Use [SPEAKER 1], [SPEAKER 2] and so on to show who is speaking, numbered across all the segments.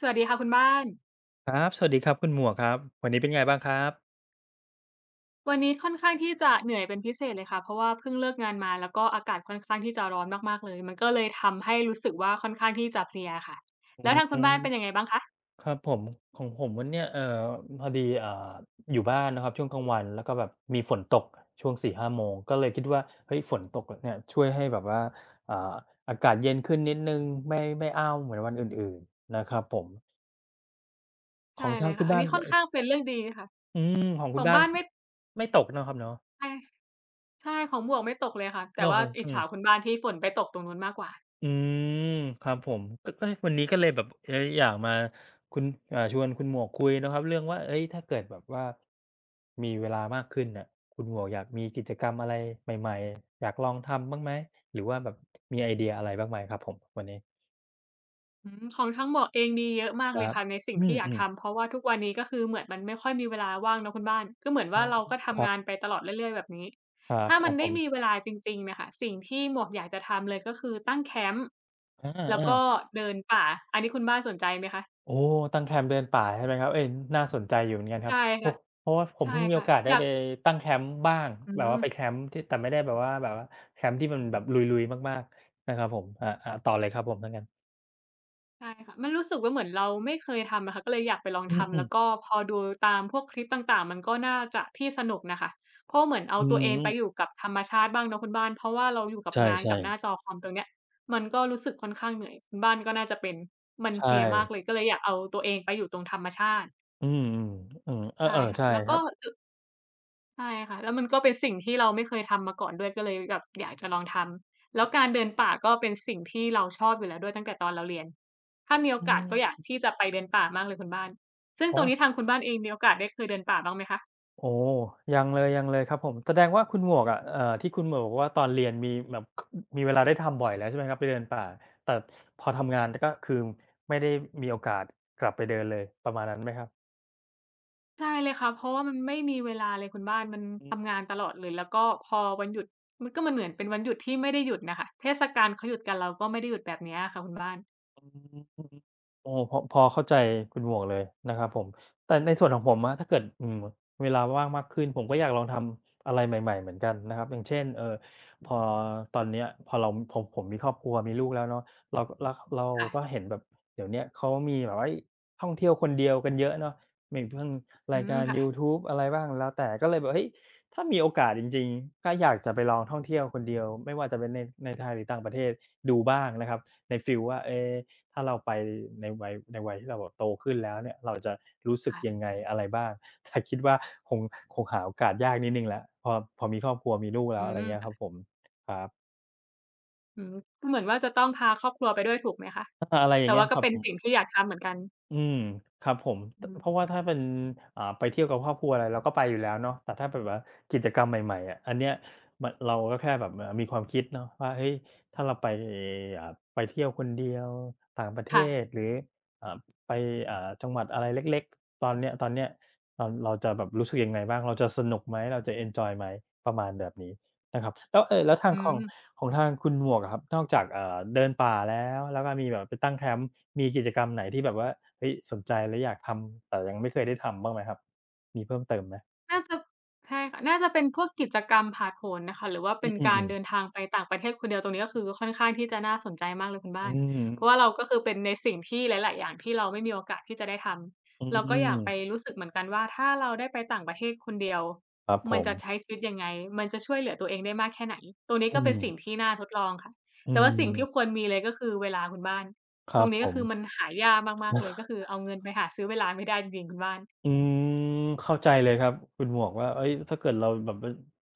[SPEAKER 1] สวัสดีค่ะคุณบ้าน
[SPEAKER 2] ครับสวัสดีครับคุณหมวกครับวันนี้เป็นไงบ้างครับ
[SPEAKER 1] วันนี้ค่อนข้างที่จะเหนื่อยเป็นพิเศษเลยค่ะเพราะว่าเพิ่งเลิกงานมาแล้วก็อากาศค่อนข้างที่จะร้อนมากๆเลยมันก็เลยทำให้รู้สึกว่าค่อนข้างที่จะเพลียค่ะ
[SPEAKER 2] อื
[SPEAKER 1] แล้วทางคุณ
[SPEAKER 2] ม
[SPEAKER 1] บ้านเป็นยังไงบ้างคะ
[SPEAKER 2] ครับผมของผมวันเนี้ยพอดีอยู่บ้านนะครับช่วงกลางวันแล้วก็แบบมีฝนตกช่วง4-5โมงก็เลยคิดว่าเฮ้ยฝนตกอะเนี่ยช่วยให้แบบว่าอ่าอากาศเย็นขึ้นนิดหนึ่งไม่อ้าวเหมือนวันอื่นๆนะครับผมขอ
[SPEAKER 1] ใช่
[SPEAKER 2] ง
[SPEAKER 1] เล
[SPEAKER 2] ทา
[SPEAKER 1] ย
[SPEAKER 2] งคุ
[SPEAKER 1] ค่ะ
[SPEAKER 2] ณ
[SPEAKER 1] อัน
[SPEAKER 2] บ้าน
[SPEAKER 1] นี้ค่อน
[SPEAKER 2] อ
[SPEAKER 1] ข้างเป็นเรื่องดีค่ะ
[SPEAKER 2] อืมของ
[SPEAKER 1] ข
[SPEAKER 2] คุณ
[SPEAKER 1] อง
[SPEAKER 2] บ้าน
[SPEAKER 1] บ้านไม่
[SPEAKER 2] ไม่ตกเนาะครับเนาะ
[SPEAKER 1] ใช่ใช่ของหมวกไม่ตกเลยค่ะแต่
[SPEAKER 2] เนาะ
[SPEAKER 1] ว่า
[SPEAKER 2] ของ
[SPEAKER 1] อิจ
[SPEAKER 2] อืม
[SPEAKER 1] ฉาคุณบ้านที่ฝนไปตกตรงนู้นมากกว่า
[SPEAKER 2] อืมครับผมก็เอ๊ยวันนี้ก็เลยแบบเอ๊ยอยากมาคุณชวนคุณหมวกคุยนะครับเรื่องว่าเอ๊ยถ้าเกิดแบบว่ามีเวลามากขึ้นน่ะคุณหมวกอยากมีกิจกรรมอะไรใหม่ๆอยากลองทำบ้างไหมหรือว่าแบบมีไอเดียอะไรบ้างไหมครับผมวันนี้
[SPEAKER 1] อืมของทางหมวกเองมีเยอะมาก
[SPEAKER 2] ค
[SPEAKER 1] เลย
[SPEAKER 2] รับ
[SPEAKER 1] ค่ะในสิ่ง
[SPEAKER 2] อื
[SPEAKER 1] ที่อยาก
[SPEAKER 2] มๆ
[SPEAKER 1] ทำเพราะว่าทุกวันนี้ก็คือเหมือนมันไม่ค่อยมีเวลาว่างเนาะคุณบ้านก็เหมือน
[SPEAKER 2] อ๋
[SPEAKER 1] ว่า
[SPEAKER 2] อ
[SPEAKER 1] เราก็
[SPEAKER 2] ค
[SPEAKER 1] ทำ
[SPEAKER 2] รับ
[SPEAKER 1] งานไปตลอดเรื่อยๆแบบนี้
[SPEAKER 2] ครับ
[SPEAKER 1] ถ้า
[SPEAKER 2] ค
[SPEAKER 1] มั
[SPEAKER 2] รั
[SPEAKER 1] น
[SPEAKER 2] บผ
[SPEAKER 1] ได้มี
[SPEAKER 2] ม
[SPEAKER 1] เวลาจริงๆน่ะค่ะสิ่งที่หมวกอยากจะทำเลยก็คือตั้งแคมป์
[SPEAKER 2] อ
[SPEAKER 1] แล้ว
[SPEAKER 2] า
[SPEAKER 1] ก็
[SPEAKER 2] ๆ
[SPEAKER 1] เดินป่าอันนี้คุณบ้านสนใจไหมคะ
[SPEAKER 2] โอ้ตั้งแคมป์เดินป่าใช่ไหมครับเอ๊ยน่าสนใจอยู่เหมือนกันครั
[SPEAKER 1] ใช่
[SPEAKER 2] บโพ
[SPEAKER 1] ค่ะ
[SPEAKER 2] ราะเพราะว่าผม
[SPEAKER 1] ใช่
[SPEAKER 2] เพิ่งมีโอ
[SPEAKER 1] ค่ะ
[SPEAKER 2] กาส
[SPEAKER 1] อ
[SPEAKER 2] ได้
[SPEAKER 1] ยาก
[SPEAKER 2] ไปตั้งแคมป์บ้าง
[SPEAKER 1] อื
[SPEAKER 2] แบบ
[SPEAKER 1] ม
[SPEAKER 2] ว่าไปแคมป์ที่แต่ไม่ได้แบบว่าแคมป์ที่มันแบบลุยๆมากๆนะครับผมอาต่อเลยครับผมถ้างั้น
[SPEAKER 1] ใช่ค่ะมันรู้สึกว่าเหมือนเราไม่เคยทำอะค่ะก็เลยอยากไปลอง
[SPEAKER 2] อื
[SPEAKER 1] ทำแล้วก็
[SPEAKER 2] ม
[SPEAKER 1] พอดูตามพวกคลิปต่างๆมันก็น่าจะที่สนุกน่ะค่ะเพราะว่าเหมือนเอา
[SPEAKER 2] อื
[SPEAKER 1] ตัวเอง
[SPEAKER 2] ม
[SPEAKER 1] ไปอยู่กับธรรมชาติบ้างเนาะคุณบ้านเพราะว่าเราอยู่กับ
[SPEAKER 2] ใช
[SPEAKER 1] งาน
[SPEAKER 2] ่
[SPEAKER 1] กับหน้า
[SPEAKER 2] ๆ
[SPEAKER 1] จอคอมตรงเนี้ยมันก็รู้สึกค่อนข้างเหนื่อยคุณบ้านก็น่าจะเป็นมันเพ
[SPEAKER 2] ใช่
[SPEAKER 1] ลียมากเลยก็เลยอยากเอาตัวเองไปอยู่ตรงธรรมชาติ
[SPEAKER 2] อืมๆอืมเอ
[SPEAKER 1] ใช่
[SPEAKER 2] อๆ
[SPEAKER 1] ค่ะ
[SPEAKER 2] ใช่
[SPEAKER 1] แล้ว
[SPEAKER 2] ค
[SPEAKER 1] ก็
[SPEAKER 2] รับ
[SPEAKER 1] อ ใช่ค่ะแล้วมันก็เป็นสิ่งที่เราไม่เคยทำมาก่อนด้วยก็เลยแบบอยากจะลองทำแล้วการเดินป่าก็เป็นสิ่งที่เราชอบอยู่แล้วด้วยตั้งแต่ตอนเราเรียนถ้ามีโอ
[SPEAKER 2] อื
[SPEAKER 1] กาสก็อยาก
[SPEAKER 2] ม
[SPEAKER 1] ที่จะไปเดินป่ามากเลยคุณบ้านซึ่งต
[SPEAKER 2] อ๋
[SPEAKER 1] ร
[SPEAKER 2] อ
[SPEAKER 1] งนี้ทางคุณบ้านเองมีโอกาสได้เคยเดินป่าบ้างไหมคะ
[SPEAKER 2] โอ้ยังเลยยังเลยครับผมแสดงว่าคุณหมวกอะที่คุณหมวกบอกว่าตอนเรียนมีแบบมีเวลาได้ทำบ่อยแล้วใช่ไหมครับไปเดินป่าแต่พอทำงานก็คือไม่ได้มีโอกาสกลับไปเดินเลยประมาณนั้นไหมครับ
[SPEAKER 1] ใช่เลยค่ะเพราะว่ามันไม่มีเวลาเลยคุณบ้านมัน
[SPEAKER 2] อืม
[SPEAKER 1] ทำงานตลอดเลยแล้วก็พอวันหยุดมันก็มันเหมือนเป็นวันหยุดที่ไม่ได้หยุดน่ะค่ะเทศกาลเขาหยุดกันเราก็ไม่ได้หยุดแบบเนี้ยอะค่ะคุณบ้าน
[SPEAKER 2] อืมโอ้พอพอเข้าใจคุณหมวกเลยนะครับผมแต่ในส่วนของผมอะถ้าเกิดอืมเวลาว่างมากขึ้นผมก็อยากลองทำอะไรใหม่ๆเหมือนกันนะครับอย่างเช่นพอตอนเนี้ยพอเราผมมีครอบครัวมีลูกแล้วเนาะเราเราเรา
[SPEAKER 1] ค่ะ
[SPEAKER 2] ก็เห็นแบบเดี๋ยวเนี้ยเขามีแบบว่าเฮ้ยท่องเที่ยวคนเดียวกันเยอะเนาะมีเพิ่ง
[SPEAKER 1] อื
[SPEAKER 2] ราย
[SPEAKER 1] ม
[SPEAKER 2] การ
[SPEAKER 1] ค่ะ
[SPEAKER 2] ยูทูบอะไรบ้างแล้วแต่ก็เลยแบบเฮ้ยถ้ามีโอกาสจริงๆก็อยากจะไปลองท่องเที่ยวคนเดียวไม่ว่าจะเป็นในไทยหรือต่างประเทศดูบ้างนะครับในฟีลว่าเอ๊ ถ้าเราไปในวัยที่เราแบบโตขึ้นแล้วเนี่ยเราจะรู้สึกยัง
[SPEAKER 1] ค่ะ
[SPEAKER 2] ไงอะไรบ้าง แต่คิดว่าคงคงหาโอกาสยากนิดหนึ่งแล้วพอพอมีครอบครัวมีลูก
[SPEAKER 1] อื
[SPEAKER 2] แล้วอะไร
[SPEAKER 1] ม
[SPEAKER 2] เงี้ยครับผมครับ
[SPEAKER 1] อืมก็เหมือนว่าจะต้องพาครอบครัวไปด้วยถูกไหมคะ
[SPEAKER 2] อาอะไรอย่า
[SPEAKER 1] แต่
[SPEAKER 2] งเงี้
[SPEAKER 1] ว่า
[SPEAKER 2] ยค
[SPEAKER 1] ก็
[SPEAKER 2] รับ
[SPEAKER 1] เป็น
[SPEAKER 2] ผม
[SPEAKER 1] สิ่งที่อยากทำเหมือนกัน
[SPEAKER 2] อืมครับผมต
[SPEAKER 1] อื
[SPEAKER 2] เพราะว่า
[SPEAKER 1] ม
[SPEAKER 2] ถ้าเป็นไปเที่ยวกับครอบครัวอะไรเราก็ไปอยู่แล้วเนาะแต่ถ้าแบบว่ากิจกรรมใหม่ๆอะอันเนี้ยมันเราก็แค่แบบมีความคิดเนาะว่าเฮ้ยถ้าเราไปอ่าไปเที่ยวคนเดียวต่างประเท
[SPEAKER 1] ค่ะ
[SPEAKER 2] ศหรืออ่าไปจังหวัดอะไรเล็กๆตอนเนี้ยเราจะแบบรู้สึกยังไงบ้างเราจะสนุกไหมเราจะเอนจอยไหมประมาณแบบนี้นะครับแล้วแล้วทาง
[SPEAKER 1] อื
[SPEAKER 2] ของ
[SPEAKER 1] ม
[SPEAKER 2] ของทางคุณหมวกอะครับนอกจากเดินป่าแล้วแล้วก็มีแบบไปตั้งแคมป์ มีกิจกรรมไหนที่แบบว่าเฮ้ยสนใจและอยากทำแต่ยังไม่เคยได้ทำบ้างไหมครับมีเพิ่มเติมไหม
[SPEAKER 1] น่าจะใช่ค่ะน่าจะเป็นพวกกิจกรรมผาดโหนน่ะค่ะหรือว่าเป็
[SPEAKER 2] อื
[SPEAKER 1] น
[SPEAKER 2] ม
[SPEAKER 1] การ
[SPEAKER 2] ๆ
[SPEAKER 1] เดิน
[SPEAKER 2] ๆ
[SPEAKER 1] ทางไปต่างประเทศคนเดียวตรงนี้ก็คือค่อนข้างที่จะน่าสนใจมากเลยคุณ
[SPEAKER 2] อื
[SPEAKER 1] บ้าน
[SPEAKER 2] ม
[SPEAKER 1] เพราะว่าเราก็คือเป็นในสิ่งที่หลายๆอย่างที่เราไม่มีโอกาสที่จะได้ท
[SPEAKER 2] อื
[SPEAKER 1] ำเราก็อยาก
[SPEAKER 2] ม
[SPEAKER 1] ไปรู้สึกเหมือนกันว่าถ้าเราได้ไปต่างประเทศคนเดียว
[SPEAKER 2] ครับผ
[SPEAKER 1] มันจะใช้
[SPEAKER 2] ม
[SPEAKER 1] ชีวิตยังไงมันจะช่วยเหลือตัวเองได้มากแค่ไหนตรงนี้
[SPEAKER 2] อื
[SPEAKER 1] ก็เป็นสิ่ง
[SPEAKER 2] ม
[SPEAKER 1] ที่น่าทดลองค่ะ
[SPEAKER 2] อื
[SPEAKER 1] แต่ว่าสิ่งที่คว
[SPEAKER 2] ม
[SPEAKER 1] รมีเลยก็คือเวลาคุณบ้าน
[SPEAKER 2] ค
[SPEAKER 1] ต
[SPEAKER 2] รั
[SPEAKER 1] รง
[SPEAKER 2] บ
[SPEAKER 1] นี้
[SPEAKER 2] ผ
[SPEAKER 1] ก็คือมัน
[SPEAKER 2] ม
[SPEAKER 1] หายากมากๆเลยก็คือเอาเงินไปหาซื้อเวลาไม่ได้จริงๆคุณบ้าน
[SPEAKER 2] อืมเข้าใจเลยครับคุณหมวกว่าเอ้ยถ้าเกิดเราแบบว่า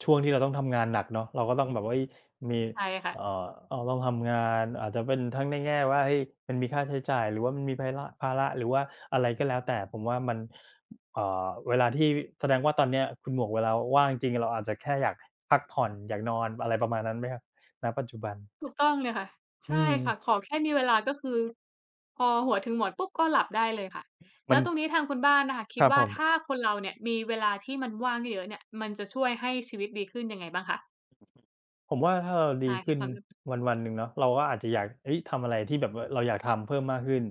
[SPEAKER 2] ช่วงที่เราต้องทำงานหนักเนาะเราก็ต้องแบบว่ายมี
[SPEAKER 1] ใช่ค่ะ
[SPEAKER 2] เอ่อต้องทำงานอาจจะเป็นทั้งในแง่ว่าเฮ้ยมันมีค่าใช้จ่ายหรือว่ามันมีภาระหรือว่าอะไรก็แล้วแต่ผมว่ามันเวลาที่แสดงว่าตอนเนี้ยคุณหมวกเวลาว่างจริงๆเราอาจจะแค่อยากพักผ่อนอยากนอนอะไรประมาณนั้นไหมครับณปัจจุบัน
[SPEAKER 1] ถูกต้องเลยค่ะ
[SPEAKER 2] อื
[SPEAKER 1] ใช่
[SPEAKER 2] ม
[SPEAKER 1] ค่ะขอแค่มีเวลาก็คือพอหัวถึงหมอนปุ๊บก็หลับได้เลยค่ะ
[SPEAKER 2] มั
[SPEAKER 1] แล้
[SPEAKER 2] น
[SPEAKER 1] วตรงนี้ทางคุณบ้านน่ะค่ะคิ
[SPEAKER 2] ค
[SPEAKER 1] ด
[SPEAKER 2] รับ
[SPEAKER 1] ว่า
[SPEAKER 2] ผม
[SPEAKER 1] ถ้าคนเราเนี่ยมีเวลาที่มันว่างเยอะๆเนี่ยมันจะช่วยให้ชีวิตดีขึ้นยังไงบ้างคะ
[SPEAKER 2] ผมว่าถ้าเรา
[SPEAKER 1] ใช่
[SPEAKER 2] ดี
[SPEAKER 1] ค่ะ
[SPEAKER 2] ขึ้น
[SPEAKER 1] สำหรับ
[SPEAKER 2] วันๆหนึ่งเนาะเราก็อาจจะอยากเอ้ยทำอะไรที่แบบว่าเราอยากทำเพิ่มมากขึ้น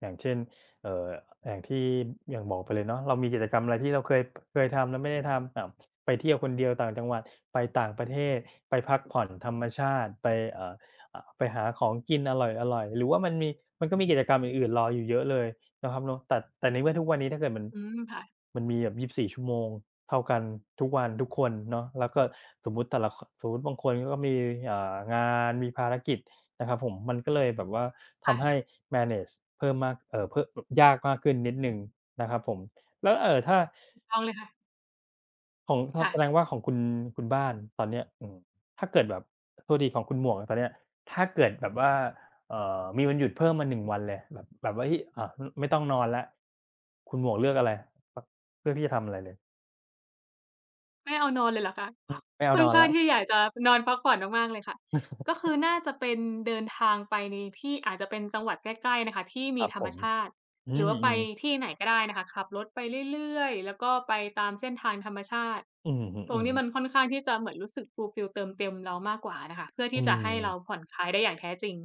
[SPEAKER 2] อย่างเช่นเอ่ออย่างที่อย่างบอกไปเลยเนาะเรามีกิจกรรมอะไรที่เราเคยทำแล้วไม่ได้ทำไปเที่ยวคนเดียวต่างจังหวัดไปต่างประเทศไปพักผ่อนธรรมชาติไปเอ่อไปหาของกินอร่อยอร่อยหรือว่ามันมีมันก็มีกิจกรรมอื่นๆรออยู่เยอะเลย นะครับเนาะแต่ในเมื่อทุกวันนี้ถ้าเกิดมัน
[SPEAKER 1] อืมค่ะ
[SPEAKER 2] มันมีแบบยีบสี่ชั่วโมงเท่ากันทุกวันทุกคนเนาะแล้วก็สมมุติแต่ละคสมมุติบางคนก็มีงานมีภารกิจนะครับผมมันก็เลยแบบว่าทำให้
[SPEAKER 1] ค่ะ
[SPEAKER 2] manage เพิ่มมากเพิ่มยากมากขึ้นนิดหนึ่งนะครับผมแล้วถ้า
[SPEAKER 1] ถูกต้องเลยค่ะ
[SPEAKER 2] ของครับ
[SPEAKER 1] ค่ะ
[SPEAKER 2] แสดงว่าของคุณคุณบ้านตอนเนี้ยอืมถ้าเกิดแบบโทษทีของคุณหมวกอะตอนเนี้ยถ้าเกิดแบบว่ามีวันหยุดเพิ่มมา1วันเลยแบบว่าเฮ้ยอ่าไม่ต้องนอนแล้วคุณหมวกเลือกอะไรปเลือกที่จะทำอะไรเลย
[SPEAKER 1] ไม่เอานอนเลยเหรอคะ
[SPEAKER 2] ไม่เอา
[SPEAKER 1] ค่อ
[SPEAKER 2] น
[SPEAKER 1] น
[SPEAKER 2] อน
[SPEAKER 1] ข้าง
[SPEAKER 2] แล้ว
[SPEAKER 1] ที่อยากจะนอนพักผ่อนมากๆเลยค่ะก็คือน่าจะเป็นเดินทางไปในที่อาจจะเป็นจังหวัดใกล้ๆน่ะค่ะที่
[SPEAKER 2] ค
[SPEAKER 1] มี
[SPEAKER 2] รับ
[SPEAKER 1] ธร
[SPEAKER 2] ผ
[SPEAKER 1] รม
[SPEAKER 2] ม
[SPEAKER 1] ชาติ
[SPEAKER 2] อื
[SPEAKER 1] หรือว่าไป
[SPEAKER 2] มๆ
[SPEAKER 1] ที่ไหนก็ได้นะคะขับรถไปเรื่อยๆแล้วก็ไปตามเส้นทางธรรมชาติ
[SPEAKER 2] อือฮึ
[SPEAKER 1] ตรงนี้มัน
[SPEAKER 2] ๆ
[SPEAKER 1] ค่อนข้างที่จะเหมือนรู้สึก fulfill เติมเต็มเรามากกว่าน่ะค่ะเพื่อ
[SPEAKER 2] อื
[SPEAKER 1] ที่จะให้เรา
[SPEAKER 2] ม
[SPEAKER 1] ผ่อนคลายได้อย่างแท้จริง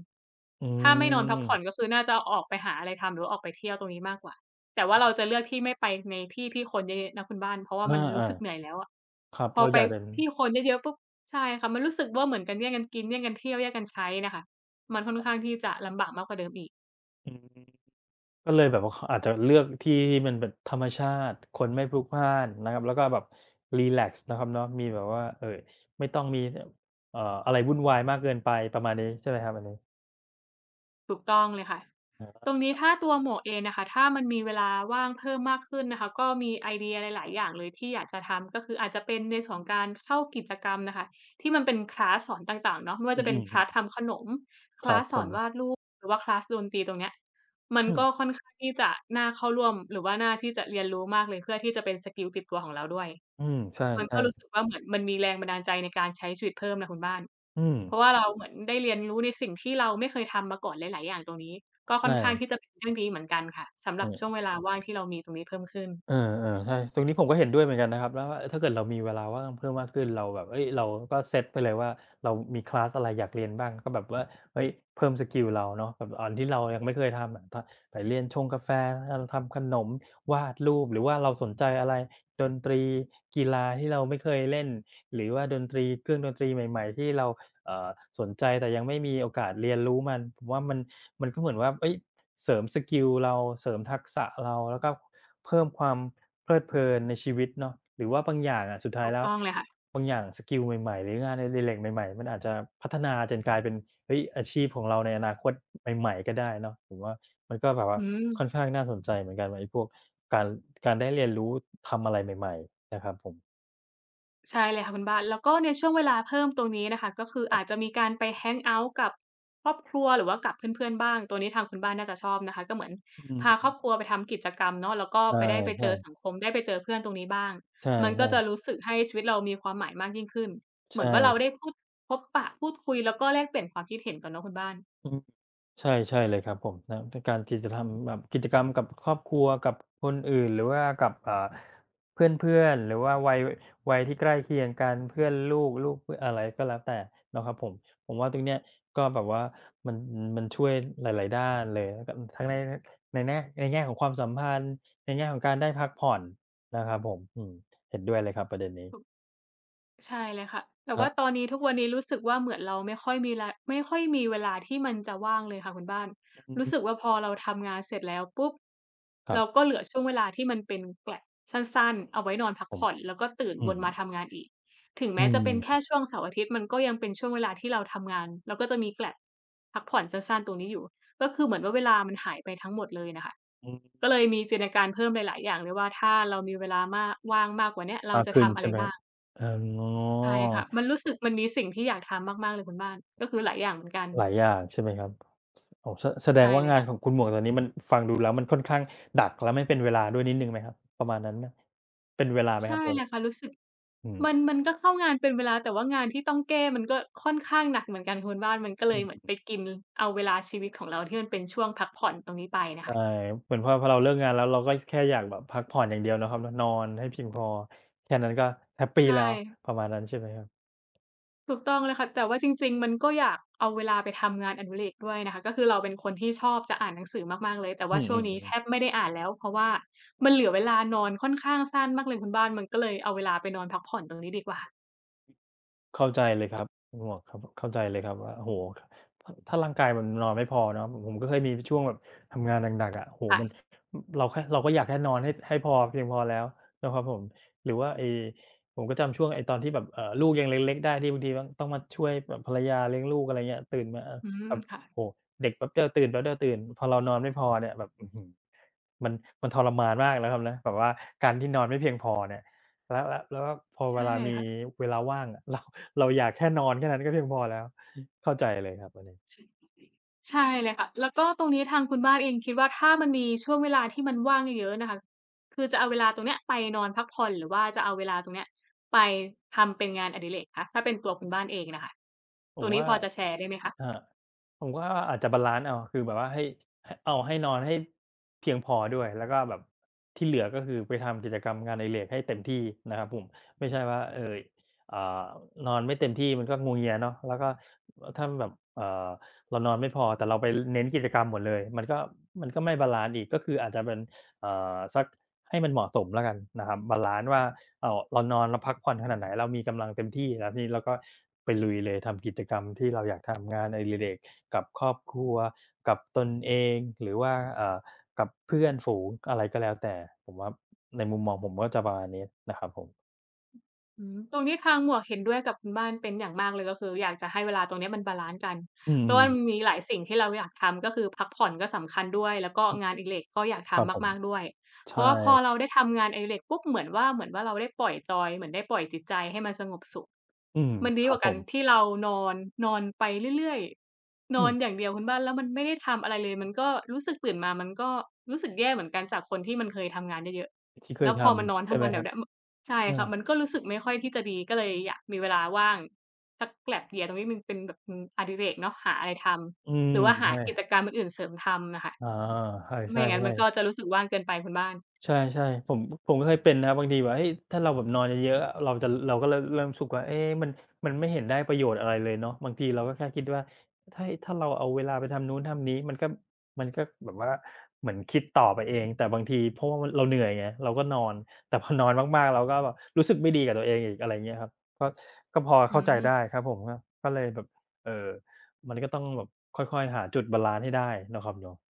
[SPEAKER 2] อื
[SPEAKER 1] ถ้าไม่นอนพักผ่อนก็
[SPEAKER 2] ม
[SPEAKER 1] คือน่าจะออกไปหาอะไรทำหรือว่าออกไปเที่ยวตรงนี้มากกว่า แต่ว่าเราจะเลือกที่ไม่ไปในที่ที่คนเยอะๆนะคุณบ้านเพราะว่า
[SPEAKER 2] อ
[SPEAKER 1] มันรู้
[SPEAKER 2] า
[SPEAKER 1] สึกเหนื่อยแล้วอะ
[SPEAKER 2] ๆครับ
[SPEAKER 1] พอ
[SPEAKER 2] เรา
[SPEAKER 1] ไป
[SPEAKER 2] อยากจะ
[SPEAKER 1] ที่คนเยอะๆปุ๊บใช่ค่ะมันรู้สึกว่าเหมือนกันแย่งกันกินแย่งกันเที่ยวแย่งกันใช้น่ะค่ะมันค่อนข้างที่จะลำบากมากกว่าเดิมอีก
[SPEAKER 2] อืม ก็เลยแบบว่าเขาอาจจะเลือกที่ที่มันแบบธรรมชาติคนไม่พลุกพล่านนะครับแล้วก็แบบรีแลกซ์นะครับเนาะมีแบบว่าไม่ต้องมีอะไรวุ่นวายมากเกินไปประมาณนี้ใช่ไหมครับอันนี้
[SPEAKER 1] ถูกต้องเลยค่ะต
[SPEAKER 2] อา
[SPEAKER 1] รงนี้ถ้าตัวหมวกเองนะคะถ้ามันมีเวลาว่างเพิ่มมากขึ้นนะคะก็มีไอเดียหลายๆอย่างเลยที่อยากจะทำก็คืออาจจะเป็นในส่วนของการเข้ากิจกรรมน่ะค่ะที่มันเป็นคลาสสอนต่างๆเนาะไม่ว่า
[SPEAKER 2] อื
[SPEAKER 1] จะเป็น
[SPEAKER 2] ม
[SPEAKER 1] คลาส
[SPEAKER 2] ๆ
[SPEAKER 1] ทำขนมค
[SPEAKER 2] ๆค
[SPEAKER 1] ลา
[SPEAKER 2] รับ
[SPEAKER 1] สส
[SPEAKER 2] ผ
[SPEAKER 1] อนวาด
[SPEAKER 2] ม
[SPEAKER 1] รูปหรือว่าคลาสดนตรีตรงเนี้ยมัน
[SPEAKER 2] อืม
[SPEAKER 1] ก็ค่อนข้างที่จะน่าเข้าร่วมหรือว่าน่าที่จะเรียนรู้มากเลยเพื่อที่จะเป็นสกิลติดตัวของเราด้วย
[SPEAKER 2] อืมใช
[SPEAKER 1] มัน
[SPEAKER 2] ่
[SPEAKER 1] ก็รู้สึกว่าเหมือนมันมีแรงบันดาลใจในการใช้ชีวิตเพิ่มนะคุณบ้าน
[SPEAKER 2] ๆอืม
[SPEAKER 1] เพราะว่าเราเหมือนได้เรียนรู้ในสิ่งที่เราไม่เคยทำมาก่อนหลายๆอย่างตรงนี้ก็
[SPEAKER 2] ใช
[SPEAKER 1] ค่อนข้างที่
[SPEAKER 2] ่
[SPEAKER 1] จะเป็นเรื่องดีเหมือนกันค่ะสำหรับช่วง
[SPEAKER 2] ใช่
[SPEAKER 1] เวลาว่างที่เรามีตรงนี้เพิ่มขึ้น
[SPEAKER 2] เออๆใช่ ตรงนี้ผมก็เห็นด้วยเหมือนกันนะครับแล้วว่าเถ้าเกิดเรามีเวลาว่างเพิ่มมากขึ้นเราแบบเฮ้ยเราก็เซตไปเลยว่าเรามีคลาสอะไรอยากเรียนบ้าง ก็แบบว่าเฮ้ยเพิ่มสกิลเราเนาะแบบอันที่เรายังไม่เคยทำอะทไปเรียนชงกาแฟเราทำขนม วาดรูป หรือว่าเราสนใจอะไรดนตรีกีฬาที่เราไม่เคยเล่นหรือว่าดนตรีเครื่องดนตรีใหม่ๆที่เราเอ่อสนใจแต่ยังไม่มีโอกาสเรียนรู้มัน ผมว่ามันก็เหมือนว่าเฮ้ย เสริมสกิลเราเสริมทักษะเราแล้วก็เพิ่มความเพลิดเพลินในชีวิตเนาะหรือว่าบางอย่างอะสุดท้า
[SPEAKER 1] ถู
[SPEAKER 2] ย
[SPEAKER 1] ก
[SPEAKER 2] แล้ว
[SPEAKER 1] ต้องเลยค่ะ
[SPEAKER 2] บางอย่างสกิลใหม่ๆหรืองานอดิเรกใหม่ๆมันอาจจะพัฒนาจนกลายเป็นเฮ้ยอาชีพของเราในอนาคตใหม่ๆก็ได้เนาะผมว่ามันก็แบบว่า
[SPEAKER 1] อื
[SPEAKER 2] ค่อน
[SPEAKER 1] ม
[SPEAKER 2] ข้างน่าสนใจเหมือนกันว่าไอ้พวกการการได้เรียนรู้ทำอะไรใหม่ๆนะครับผม
[SPEAKER 1] ใช่เลยค่ะคุณบ้านแล้วก็ในช่วงเวลาเพิ่มตรงนี้นะคะก็คือ
[SPEAKER 2] ครั
[SPEAKER 1] อาจจะ
[SPEAKER 2] บ
[SPEAKER 1] มีการไปแฮงเอาต์กับครอบครัวหรือว่ากับเพื่อนๆบ้างตัวนี้ทางคุณบ้านน่าจะชอบนะคะก็เหมือน
[SPEAKER 2] อ
[SPEAKER 1] พาครอ
[SPEAKER 2] ืม
[SPEAKER 1] บครัวไปทำกิจกรรมเนาะแล้วก็ไปได้ไปเจอ
[SPEAKER 2] ใช่
[SPEAKER 1] สังคมได้ไปเจอเพื่อนตรงนี้บ้าง
[SPEAKER 2] ๆใช่
[SPEAKER 1] มันก็จะรู้
[SPEAKER 2] ๆ
[SPEAKER 1] สึกให้ชีวิตเรามีความหมายมากยิ่งขึ้นเหมือนว่าเรา
[SPEAKER 2] ใช่
[SPEAKER 1] ได้พูดพบปะพูดคุยแล้วก็แลกเปลี่ยนความคิดเห็นกันเนาะคุณบ้าน
[SPEAKER 2] อืม ใช่ใช่เลยครับผมนะแต่การกิจกรรแบบกิจกรรมกับครอบครัวกับคนอื่นหรือว่ากับอ่าเพื่อนๆหรือว่าวัยที่ใกล้เคียงกันเพื่อนลูกเพื่อนอะไรก็แล้วแต่เนาะครับผมผมว่าตรงเนี้ยก็แบบว่ามันมันช่วยหลายๆด้านเลยแล้วก็ทั้งในในแน่ในแง่ของความสัมพันธ์ในแง่ของการได้พักผ่อนนะครับผมอืมเห็นด้วยเลยครับประเด็นนี้
[SPEAKER 1] ใช่เลยค่ะแต่
[SPEAKER 2] ครั
[SPEAKER 1] ว่าตอ
[SPEAKER 2] บ
[SPEAKER 1] นนี้ทุกวันนี้รู้สึกว่าเหมือนเราไม่ค่อยมีลาไม่ค่อยมีเวลาที่มันจะว่างเลยค่ะคุณบ้าน
[SPEAKER 2] อื
[SPEAKER 1] รู้
[SPEAKER 2] ม
[SPEAKER 1] สึกว่าพอเราทำงานเสร็จแล้วปุ๊บ
[SPEAKER 2] ครั
[SPEAKER 1] เราก็
[SPEAKER 2] บ
[SPEAKER 1] เหลือช่วงเวลาที่มันเป็น gap สั้นๆเอาไว้นอนพัก
[SPEAKER 2] ผม
[SPEAKER 1] ผ่อนแล้วก็ตื่น
[SPEAKER 2] อื
[SPEAKER 1] วน
[SPEAKER 2] ม
[SPEAKER 1] มาทำงานอีก ถึง
[SPEAKER 2] อื
[SPEAKER 1] แม้จะเป็นแค่
[SPEAKER 2] ม
[SPEAKER 1] ช่วงเสาร์อาทิตย์มันก็ยังเป็นช่วงเวลาที่เราทำงานเราก็จะมี gap พักผ่อนสั้นๆตรงนี้อยู่ก็คือเหมือนว่าเวลามันหายไปทั้งหมดเลยน่ะค่ะ
[SPEAKER 2] อืม
[SPEAKER 1] ก็เลยมีจินตนาการเพิ่มหลายๆอย่างเลยว่าถ้าเรามีเวลามากว่างมากกว่าเนี้ยเรา
[SPEAKER 2] มาก
[SPEAKER 1] จะ
[SPEAKER 2] ขึ้น
[SPEAKER 1] ทำอะไร
[SPEAKER 2] ใช่ไหม
[SPEAKER 1] บ้าง
[SPEAKER 2] อ๋อ
[SPEAKER 1] ใช่ค่ะมันรู้สึกมันมีสิ่งที่อยากทำมากๆเลยคุณบ้านก็คือหลายอย่างเหมือนกัน
[SPEAKER 2] หลายอย่างใช่ไหมครับโอ้แสแสด
[SPEAKER 1] ใช่
[SPEAKER 2] งว่า
[SPEAKER 1] เลย
[SPEAKER 2] งาน
[SPEAKER 1] ค่ะ
[SPEAKER 2] ของคุณหมวกตอนนี้มันฟังดูแล้วมันค่อนข้างดักแลวไม่เป็นเวลาด้วยนิดหนึ่งไหมครับประมาณนั้นไหมเป็นเวลาไหมค
[SPEAKER 1] ใช่
[SPEAKER 2] รับตัว
[SPEAKER 1] เลยค่ะรู้สึก
[SPEAKER 2] อื
[SPEAKER 1] มัน
[SPEAKER 2] ม
[SPEAKER 1] มันก็เข้างานเป็นเวลาแต่ว่างานที่ต้องแก้มันก็ค่อนข้างหนักเหมือนกันคุณบ้านมันก็เลยเหมือน
[SPEAKER 2] อืม
[SPEAKER 1] ไปกินเอาเวลาชีวิตของเราที่มันเป็นช่วงพักผ่อนตรงนี้ไปน่ะ
[SPEAKER 2] ใช่
[SPEAKER 1] ค่ะ
[SPEAKER 2] เหมือนพอเราเลิกงานแล้วเราก็แค่อยากแบบพักผ่อนอย่างเดียวเนาะครับเนาะนอนให้เพียงพอแค่นั้นก็แฮปปีแล้
[SPEAKER 1] ใช่
[SPEAKER 2] วประมาณนั้นใช่ไหมครับ
[SPEAKER 1] ถูกต้องเลยค่ะแต่ว่าจริงๆมันก็อยากเอาเวลาไปทำงานอดิเรกด้วยนะคะก็คือเราเป็นคนที่ชอบจะอ่านหนังสือมากๆเลยแต่
[SPEAKER 2] อื
[SPEAKER 1] ว่าช่วงนี้แท
[SPEAKER 2] อ
[SPEAKER 1] บ
[SPEAKER 2] ๆๆ
[SPEAKER 1] ไม่ได้อ่านแล้วเพราะว่ามันเหลือเวลานอนค่อนข้างสั้นมากเลยคุณบ้านมันก็เลยเอาเวลาไปนอนพักผ่อนตรงนี้ดีกว่า
[SPEAKER 2] เข้าใจเลยครับหมวกครับเข้าใจเลยครับว่าโอ้โฮถถ้าร่างกายมันนอนไม่พอเนาะผมก็เคยมีช่วงแบบทำงานหนักๆอะโอ้โฮมัน
[SPEAKER 1] ค่ะ
[SPEAKER 2] อเราแค่เราก็อยากแค่นอนให้ให้พอเพียงพอแล้วนะครับผมหรือว่าไอ้ผมก็จำช่วงไอ้ตอนที่แบบลูกยังเล็กๆได้ที่บางทีต้องมาช่วยแบบภรรยาเลี้ยงลูกอะไรเงี้ยตื่นมาเออ
[SPEAKER 1] อื
[SPEAKER 2] แบ
[SPEAKER 1] ม
[SPEAKER 2] บ
[SPEAKER 1] ค่ะ
[SPEAKER 2] โอ้โฮเด็กแป๊บเดียวตื่นแป๊บเดียวตื่นพอเรานอนไม่พอเนี่ยแบบอื้อฮือ มันมันทรมานมากแล้วครับนะแบบว่าการที่นอนไม่เพียงพอเนี่ยแล้วก็พอเว
[SPEAKER 1] ใช่
[SPEAKER 2] ลามี
[SPEAKER 1] ค่ะ
[SPEAKER 2] เวลาว่างอะเราเราอยากแค่นอนแค่นั้นก็เพียงพอแล้วเข้าใจเลยครับอันนี้
[SPEAKER 1] ชใช่เลยค่ะแล้วก็ตรงนี้ทางคุณบ้านเองคิดว่าถ้ามันมีช่วงเวลาที่มันว่างเยอะๆนะคะคือจะเอาเวลาตรงเนี้ยไปนอนพักผ่อนหรือว่าจะเอาเวลาตรงเนี้ยไปทำเป็นงานอดิเรกคะถ้าเป็นตัวคุณบ้านเองน่ะค่ะ
[SPEAKER 2] ผ
[SPEAKER 1] ตร
[SPEAKER 2] ม
[SPEAKER 1] งนี้
[SPEAKER 2] ว่า
[SPEAKER 1] พอจะแชร์ได้ไหมคะ
[SPEAKER 2] อา ผมก็อาจจะบาลันซ์เอาคือแบบว่าให้ใหเอาให้นอนให้เพียงพอด้วย แล้วก็แบบที่เหลือก็คือไปทำกิจกรรมงานอดิเรกให้เต็มที่นะครับผมไม่ใช่ว่าอ่านอนไม่เต็มที่มันก็งัวเงียเนาะแล้วก็ถ้าแบบเรานอนไม่พอแต่เราไปเน้นกิจกรรมหมดเลยมันก็ไม่บาลันซ์อีกก็คืออาจจะเป็นสักให้มันเหมาะสมแล้วกันนะครับบาลันซ์ว่าเรานอนเราพักผ่อนขนาดไหนเรามีกำลังเต็มที่แล้วทีนี้เราก็ไปลุยเลยทำกิจกรรมที่เราอยากทำงานอดิเรก กับครอบครัวกับตนเองหรือว่ากับเพื่อนฝูงอะไรก็แล้วแต่ผมว่าในมุมมองผมก็จะประมาณนี้นะครับผม
[SPEAKER 1] อืมตรงนี้ทางหมวกเห็นด้วยกับคุณบ้านเป็นอย่างมากเลยก็คืออยากจะให้เวลาตรงเนี้ยมันบาลันซ์กัน
[SPEAKER 2] อื
[SPEAKER 1] เพราะ
[SPEAKER 2] ม
[SPEAKER 1] ว่ามันมีหลายสิ่งที่เราอยากทำก็คือพักผ่อนก็สำคัญด้วยแล้วก็งานอดิเรกก็อยาก
[SPEAKER 2] ๆครับ
[SPEAKER 1] ทำ
[SPEAKER 2] ผม
[SPEAKER 1] มากๆด้วยเพ
[SPEAKER 2] ใช่
[SPEAKER 1] ราะว่าพอเราได้ทำงานอดิเรกปุ๊บเหมือนว่าเราได้ปล่อยจอยเหมือนได้ปล่อยจิตใจให้มันสงบสุข
[SPEAKER 2] อืม
[SPEAKER 1] มันดี
[SPEAKER 2] ค
[SPEAKER 1] ก
[SPEAKER 2] รับ
[SPEAKER 1] ว่า
[SPEAKER 2] ผ
[SPEAKER 1] การ
[SPEAKER 2] ม
[SPEAKER 1] ที่เรานอนนอนไปเรื่อยๆน
[SPEAKER 2] อื
[SPEAKER 1] อนอย่า
[SPEAKER 2] ม
[SPEAKER 1] งเดียวคุณบ้านแล้วมันไม่ได้ทำอะไรเลยมันก็รู้สึกตื่นมามันก็รู้สึกแย่เหมือนกันจากคนที่มันเคยทำงานเยอะ
[SPEAKER 2] ที่
[SPEAKER 1] ๆ
[SPEAKER 2] เค
[SPEAKER 1] แล้
[SPEAKER 2] ย
[SPEAKER 1] ว
[SPEAKER 2] ท
[SPEAKER 1] พอมันนอน
[SPEAKER 2] ำ
[SPEAKER 1] ทั้
[SPEAKER 2] ใช่
[SPEAKER 1] ง
[SPEAKER 2] ไหม
[SPEAKER 1] วันแบ
[SPEAKER 2] ค
[SPEAKER 1] บ
[SPEAKER 2] รับ
[SPEAKER 1] เนี้ย ใช่
[SPEAKER 2] อา
[SPEAKER 1] ครับมันก็รู้สึกไม่ค่อยที่จะดีก็เลยอยากมีเวลาว่างสัก gap year ตรงนี้มันเป็นแบบอืมอดิเรกเนาะหาอะไรท
[SPEAKER 2] อื
[SPEAKER 1] ำห
[SPEAKER 2] ม
[SPEAKER 1] รือว่าหา
[SPEAKER 2] ใช่
[SPEAKER 1] กิจกรรมอื่นๆเสริมทำน่ะค่ะ
[SPEAKER 2] อา
[SPEAKER 1] ไม่อ
[SPEAKER 2] ใช่
[SPEAKER 1] ย่างงั้นมันก็
[SPEAKER 2] ๆ
[SPEAKER 1] จะ
[SPEAKER 2] ๆ
[SPEAKER 1] รู้สึกว่างเกินไปคุณบ้าน
[SPEAKER 2] ใช่ๆผมก็เคยเป็นนะบางทีแบบเฮ้ยถ้าเราแบบนอนเยอะๆอะเราก็เริ่มรู้สึกว่าเอ๊ะมันไม่เห็นได้ประโยชน์อะไรเลยเนาะบางทีเราก็แค่คิดว่าถ้าเราเอาเวลาไปทำนู้นทำนี้มันก็แบบว่าเหมือนคิดต่อไปเองแต่บางทีเพราะว่ามันเราเหนื่อยไงเราก็นอนแต่พอนอนมากๆเราก็แบบรู้สึกไม่ดีกับตัวเองอีกอะไรอย่างเงี้ยครับก็ก็พอ
[SPEAKER 1] อื
[SPEAKER 2] เข้าใจได้
[SPEAKER 1] ม
[SPEAKER 2] ครับผมก็ก็เลยแบบเอ่อมันก็ต้องแบบค่อยๆหาจุดบาลันซ์ให้ได้เนาะครับเนาะ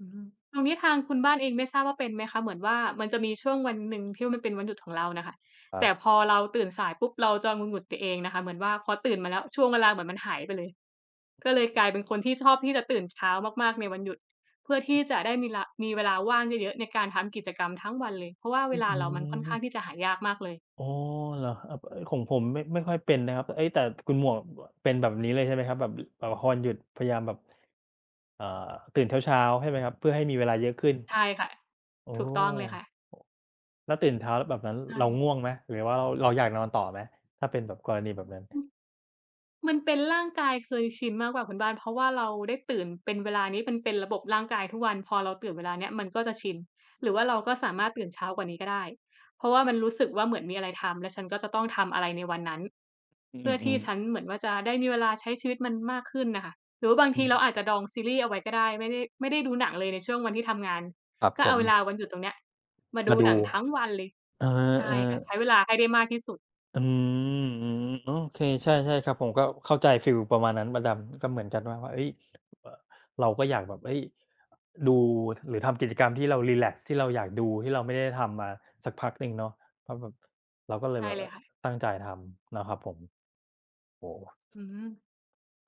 [SPEAKER 1] อืมตรงนี้ทางคุณบ้านเองไม่ทราบว่าเป็นไหมคะเหมือนว่ามันจะมีช่วงวันหนึ่งที่มันเป็นวันหยุดของเราน่ะค่ะ
[SPEAKER 2] ครั
[SPEAKER 1] แต่พ
[SPEAKER 2] บ
[SPEAKER 1] อเราตื่นสายปุ๊บเราจะงุนหงิดตัวเองนะคะเหมือนว่าพอตื่นมาแล้วช่วงเวลาเหมือนมันหายไปเลยก็เลยกลายเป็นคนที่ชอบที่จะตื่นเช้ามากๆในวันหยุดเพื่อที่จะได้มีเวลาว่างเยอะๆในการทำกิจกรรมทั้งวันเลยเพราะว่าเว
[SPEAKER 2] อือ
[SPEAKER 1] ลา
[SPEAKER 2] ฮึ
[SPEAKER 1] เรามันค่อนข้างที่จะหายากมากเลย
[SPEAKER 2] อ๋อเหรอครับเออของผมไม่ค่อยเป็นนะครับเอ๊ยแต่คุณหมวกเป็นแบบนี้เลยใช่ไหมครับแบบวอวันหยุดพยายามแบบเอ่อตื่นเช้าๆใช่ไหมครับเพื่อให้มีเวลาเยอะขึ้น
[SPEAKER 1] ใช่ค่ะ
[SPEAKER 2] โอ
[SPEAKER 1] ถูกต้องเลยค่ะ
[SPEAKER 2] ้แล้วตื่นเช้าแบบนั้น
[SPEAKER 1] ใช่
[SPEAKER 2] เราง่วงไหมหรือว่าเราอยากนอนต่อไหมถ้าเป็นแบบกรณีแบบนั้น
[SPEAKER 1] มันเป็นร่างกายเคยชินมากกว่าคุณบ้านเพราะว่าเราได้ตื่นเป็นเวลานี้มันเป็นระบบร่างกายทุกวันพอเราตื่นเวลาเนี้ยมันก็จะชินหรือว่าเราก็สามารถตื่นเช้ากว่านี้ก็ได้เพราะว่ามันรู้สึกว่าเหมือนมีอะไรทำและฉันก็จะต้องทำอะไรในวันนั้น
[SPEAKER 2] อื
[SPEAKER 1] เพื่อที่
[SPEAKER 2] มๆ
[SPEAKER 1] ฉันเหมือนว่าจะได้มีเวลาใช้ชีวิตมันมากขึ้นน่ะค่ะหรือว่าบาง
[SPEAKER 2] อื
[SPEAKER 1] ทีเราอาจจะ
[SPEAKER 2] ม
[SPEAKER 1] ดองซีรีส์เอาไว้ก็ได้ไม่ได้ดูหนังเลยในช่วงวันที่ทำงาน
[SPEAKER 2] ครับ
[SPEAKER 1] ก็
[SPEAKER 2] ผ
[SPEAKER 1] เอา
[SPEAKER 2] ม
[SPEAKER 1] เวลาวันหยุดตรงเนี้ยมาดู
[SPEAKER 2] มา
[SPEAKER 1] ห
[SPEAKER 2] ดู
[SPEAKER 1] นังทั้งวันเลย
[SPEAKER 2] เออ
[SPEAKER 1] ใช่ค่ะ
[SPEAKER 2] ๆ
[SPEAKER 1] ใช้เวลาให้ได้มากที่สุด
[SPEAKER 2] อืมอืมโอเคใช่ใช่ครับผมก็เข้าใจฟีลประมาณนั้นประดำก็เหมือนกันว่าเฮ้ยเอ่อเราก็อยากแบบเฮ้ยดูหรือทำกิจกรรมที่เรารีแลกซ์ที่เราอยากดูที่เราไม่ได้ทำมาสักพักหนึ่งเนาะเพราะแบบเราก็เลย
[SPEAKER 1] ใช่
[SPEAKER 2] แบบ
[SPEAKER 1] เลยค่ะ
[SPEAKER 2] ตั้งใจทำนะครับผมโอ้โฮ
[SPEAKER 1] อืม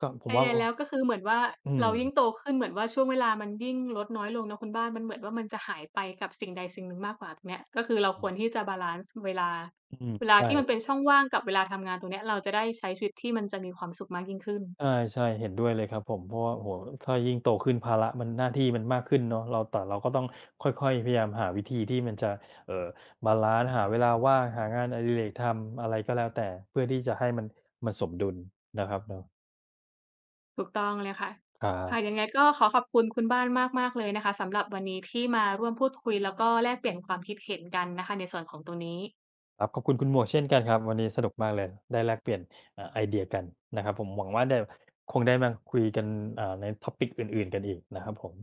[SPEAKER 2] ก็ผ
[SPEAKER 1] ไอ
[SPEAKER 2] ม
[SPEAKER 1] ล
[SPEAKER 2] ว่า
[SPEAKER 1] แดน
[SPEAKER 2] โอ้
[SPEAKER 1] แล้วก็คือเหมือนว่า
[SPEAKER 2] อืม
[SPEAKER 1] เรายิ่งโตขึ้นเหมือนว่าช่วงเวลามันยิ่งลดน้อยลงเนาะคุณบ้านมันเหมือนว่ามันจะหายไปกับสิ่งใดสิ่งหนึ่งมากกว่าตรงเนี้ยก็คือเรา
[SPEAKER 2] อื
[SPEAKER 1] คว
[SPEAKER 2] อ
[SPEAKER 1] รที่จะบาลันซ์เวลา
[SPEAKER 2] อืม
[SPEAKER 1] เวลา
[SPEAKER 2] ใช่
[SPEAKER 1] ที่มันเป็นช่องว่างกับเวลาทำงานตรงเนี้ยเราจะได้ใช้ชีวิตที่มันจะมีความสุขมากยิ่งขึ้น
[SPEAKER 2] ใช่ๆเห็นด้วยเลยครับผมเพราะว่าโอ้โฮถ้ายิ่งโตขึ้นภาระมันหน้าที่มันมากขึ้นเนาะเราแต่เราก็ต้องค่อยๆพยายามหาวิธีที่มันจะเอ่อบาลันซ์หาเวลาว่างหางานอดิเรกทำอะไรก็แล้วแต่เพื่อที่จะให้มันมันสมดุลนะครับเนาะ
[SPEAKER 1] ถูกต้องเลยค่ะ
[SPEAKER 2] ครั
[SPEAKER 1] ค่ะยั
[SPEAKER 2] บ
[SPEAKER 1] งไงก็ขอขอบคุณคุณบ้านมากๆเลยนะคะสำหรับวันนี้ที่มาร่วมพูดคุยแล้วก็แลกเปลี่ยนความคิดเห็นกันนะคะในส่วนของตรงนี้
[SPEAKER 2] ครับขอบคุณคุณหมวกเช่นกันครับวันนี้สนุกมากเลยได้แลกเปลี่ยนไอเดียกันนะครับผมหวังว่าได้คงได้มาคุยกันใน topic อื่นๆกันอีกนะครับผม